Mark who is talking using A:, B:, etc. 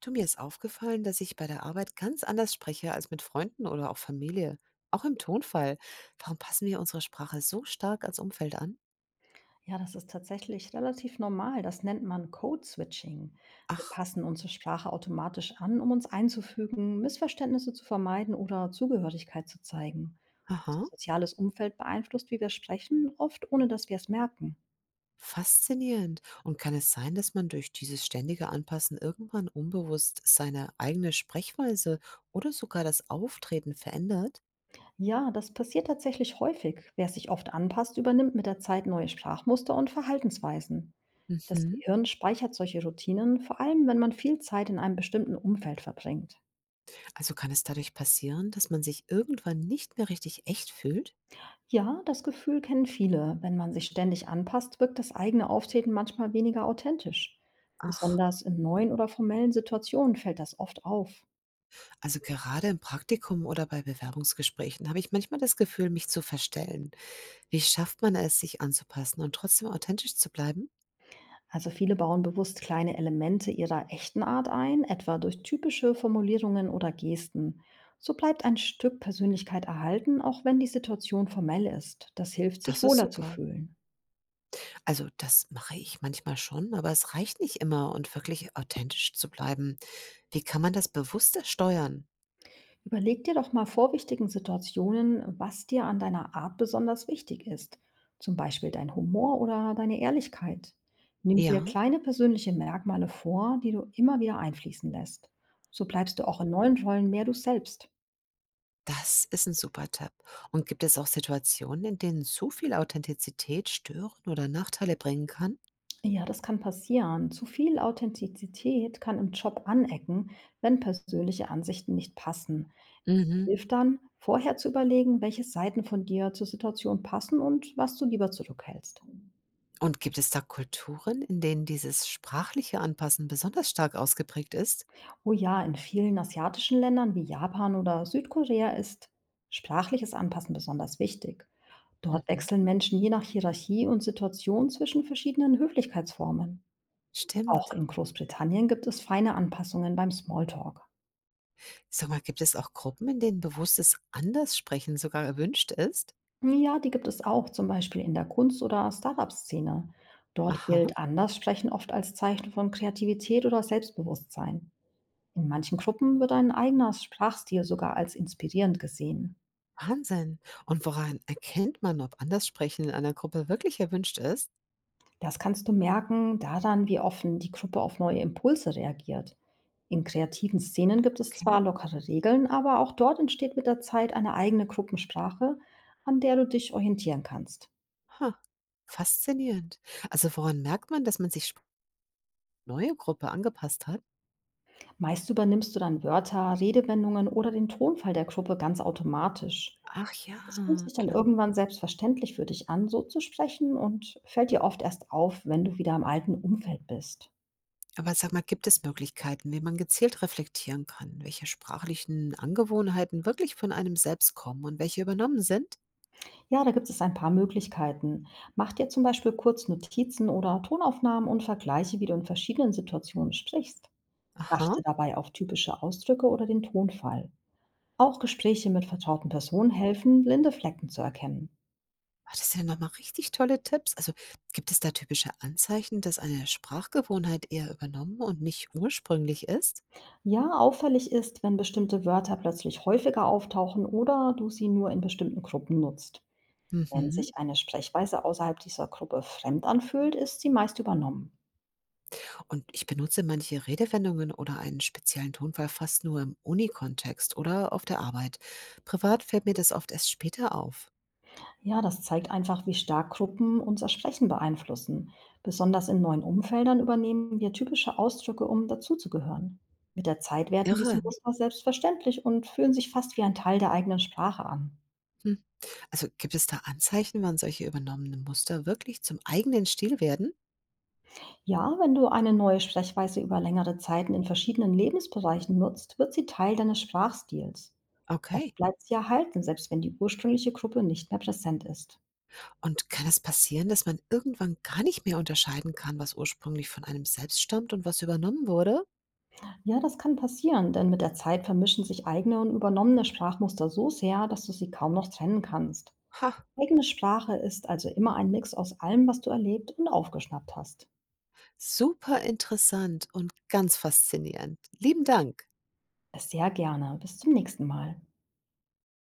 A: Du, mir ist aufgefallen, dass ich bei der Arbeit ganz anders spreche als mit Freunden oder auch Familie. Auch im Tonfall. Warum passen wir unsere Sprache so stark als Umfeld an?
B: Ja, das ist tatsächlich relativ normal. Das nennt man Code-Switching. Wir
A: Ach,
B: passen unsere Sprache automatisch an, um uns einzufügen, Missverständnisse zu vermeiden oder Zugehörigkeit zu zeigen. Unser
A: aha,
B: soziales Umfeld beeinflusst, wie wir sprechen, oft ohne dass wir es merken.
A: faszinierend. Und kann es sein, dass man durch dieses ständige Anpassen irgendwann unbewusst seine eigene Sprechweise oder sogar das Auftreten verändert?
B: Ja, das passiert tatsächlich häufig. Wer sich oft anpasst, übernimmt mit der Zeit neue Sprachmuster und Verhaltensweisen. Das
A: Mhm.
B: Gehirn speichert solche Routinen, vor allem wenn man viel Zeit in einem bestimmten Umfeld verbringt.
A: Also kann es dadurch passieren, dass man sich irgendwann nicht mehr richtig echt fühlt?
B: Ja, das Gefühl kennen viele. Wenn man sich ständig anpasst, wirkt das eigene Auftreten manchmal weniger authentisch.
A: Ach,
B: Besonders in neuen oder formellen Situationen fällt das oft auf.
A: also gerade im Praktikum oder bei Bewerbungsgesprächen habe ich manchmal das Gefühl, mich zu verstellen. Wie schafft man es, sich anzupassen und trotzdem authentisch zu bleiben?
B: Also viele bauen bewusst kleine Elemente ihrer echten Art ein, etwa durch typische Formulierungen oder Gesten. So bleibt ein Stück Persönlichkeit erhalten, auch wenn die Situation formell ist. Das hilft, sich
A: Das ist
B: wohler zu
A: super.
B: fühlen.
A: Also das mache ich manchmal schon, aber es reicht nicht immer und wirklich authentisch zu bleiben. Wie kann man das bewusster steuern?
B: Überleg dir doch mal vor wichtigen Situationen, was dir an deiner Art besonders wichtig ist. Zum Beispiel dein Humor oder deine Ehrlichkeit. Nimm dir
A: Ja,
B: kleine persönliche Merkmale vor, die du immer wieder einfließen lässt. So bleibst du auch in neuen Rollen mehr du selbst.
A: das ist ein super Tipp. Und gibt es auch Situationen, in denen zu viel Authentizität stören oder Nachteile bringen kann?
B: Ja, das kann passieren. Zu viel Authentizität kann im Job anecken, wenn persönliche Ansichten nicht passen. Es
A: Mhm.
B: hilft dann, vorher zu überlegen, welche Seiten von dir zur Situation passen und was du lieber zurückhältst.
A: Und gibt es da Kulturen, in denen dieses sprachliche Anpassen besonders stark ausgeprägt ist?
B: Oh ja, in vielen asiatischen Ländern wie Japan oder Südkorea ist sprachliches Anpassen besonders wichtig. Dort
A: Mhm.
B: wechseln Menschen je nach Hierarchie und Situation zwischen verschiedenen Höflichkeitsformen. Auch
A: Stimmt.
B: in Großbritannien gibt es feine Anpassungen beim Smalltalk.
A: Sag mal, gibt es auch Gruppen, in denen bewusstes Anderssprechen sogar erwünscht ist?
B: Ja, die gibt es auch, zum Beispiel in der Kunst- oder Startup-Szene. Dort
A: Aha,
B: gilt Anderssprechen oft als Zeichen von Kreativität oder Selbstbewusstsein. In manchen Gruppen wird ein eigener Sprachstil sogar als inspirierend gesehen.
A: Wahnsinn. Und woran erkennt man, ob Anderssprechen in einer Gruppe wirklich erwünscht ist?
B: Das kannst du merken daran, wie offen die Gruppe auf neue Impulse reagiert. In kreativen Szenen gibt es
A: Okay.
B: zwar lockere Regeln, aber auch dort entsteht mit der Zeit eine eigene Gruppensprache, an der du dich orientieren kannst.
A: Ha, faszinierend. Also woran merkt man, dass man sich neue Gruppe angepasst hat?
B: Meist übernimmst du dann Wörter, Redewendungen oder den Tonfall der Gruppe ganz automatisch.
A: Ach
B: Es fühlt
A: ja,
B: sich dann
A: klar.
B: irgendwann selbstverständlich für dich an, so zu sprechen und fällt dir oft erst auf, wenn du wieder im alten Umfeld bist.
A: Aber sag mal, gibt es Möglichkeiten, wie man gezielt reflektieren kann, welche sprachlichen Angewohnheiten wirklich von einem selbst kommen und welche übernommen sind?
B: Ja, da gibt es ein paar Möglichkeiten. Mach dir zum Beispiel kurz Notizen oder Tonaufnahmen und vergleiche, wie du in verschiedenen Situationen sprichst. Achte
A: Aha,
B: dabei auf typische Ausdrücke oder den Tonfall. Auch Gespräche mit vertrauten Personen helfen, blinde Flecken zu erkennen.
A: ah, das sind ja nochmal richtig tolle Tipps. Also gibt es da typische Anzeichen, dass eine Sprachgewohnheit eher übernommen und nicht ursprünglich ist?
B: Ja, auffällig ist, wenn bestimmte Wörter plötzlich häufiger auftauchen oder du sie nur in bestimmten Gruppen nutzt. Wenn
A: Mhm.
B: sich eine Sprechweise außerhalb dieser Gruppe fremd anfühlt, ist sie meist übernommen.
A: Und ich benutze manche Redewendungen oder einen speziellen Tonfall fast nur im Uni-Kontext oder auf der Arbeit. Privat fällt mir das oft erst später auf.
B: Ja, das zeigt einfach, wie stark Gruppen unser Sprechen beeinflussen. Besonders in neuen Umfeldern übernehmen wir typische Ausdrücke, um dazuzugehören. Mit der Zeit werden diese
A: Irre.
B: Muster selbstverständlich und fühlen sich fast wie ein Teil der eigenen Sprache an.
A: Hm. Also, gibt es da Anzeichen, wann solche übernommenen Muster wirklich zum eigenen Stil werden?
B: Ja, wenn du eine neue Sprechweise über längere Zeiten in verschiedenen Lebensbereichen nutzt, wird sie Teil deines Sprachstils. Oft
A: Okay.
B: bleibt sie erhalten, selbst wenn die ursprüngliche Gruppe nicht mehr präsent ist.
A: Und kann es passieren, dass man irgendwann gar nicht mehr unterscheiden kann, was ursprünglich von einem selbst stammt und was übernommen wurde?
B: Ja, das kann passieren, denn mit der Zeit vermischen sich eigene und übernommene Sprachmuster so sehr, dass du sie kaum noch trennen kannst.
A: Ha,
B: Eigene Sprache ist also immer ein Mix aus allem, was du erlebt und aufgeschnappt hast.
A: super interessant und ganz faszinierend. Lieben Dank.
B: Sehr gerne. Bis zum nächsten Mal.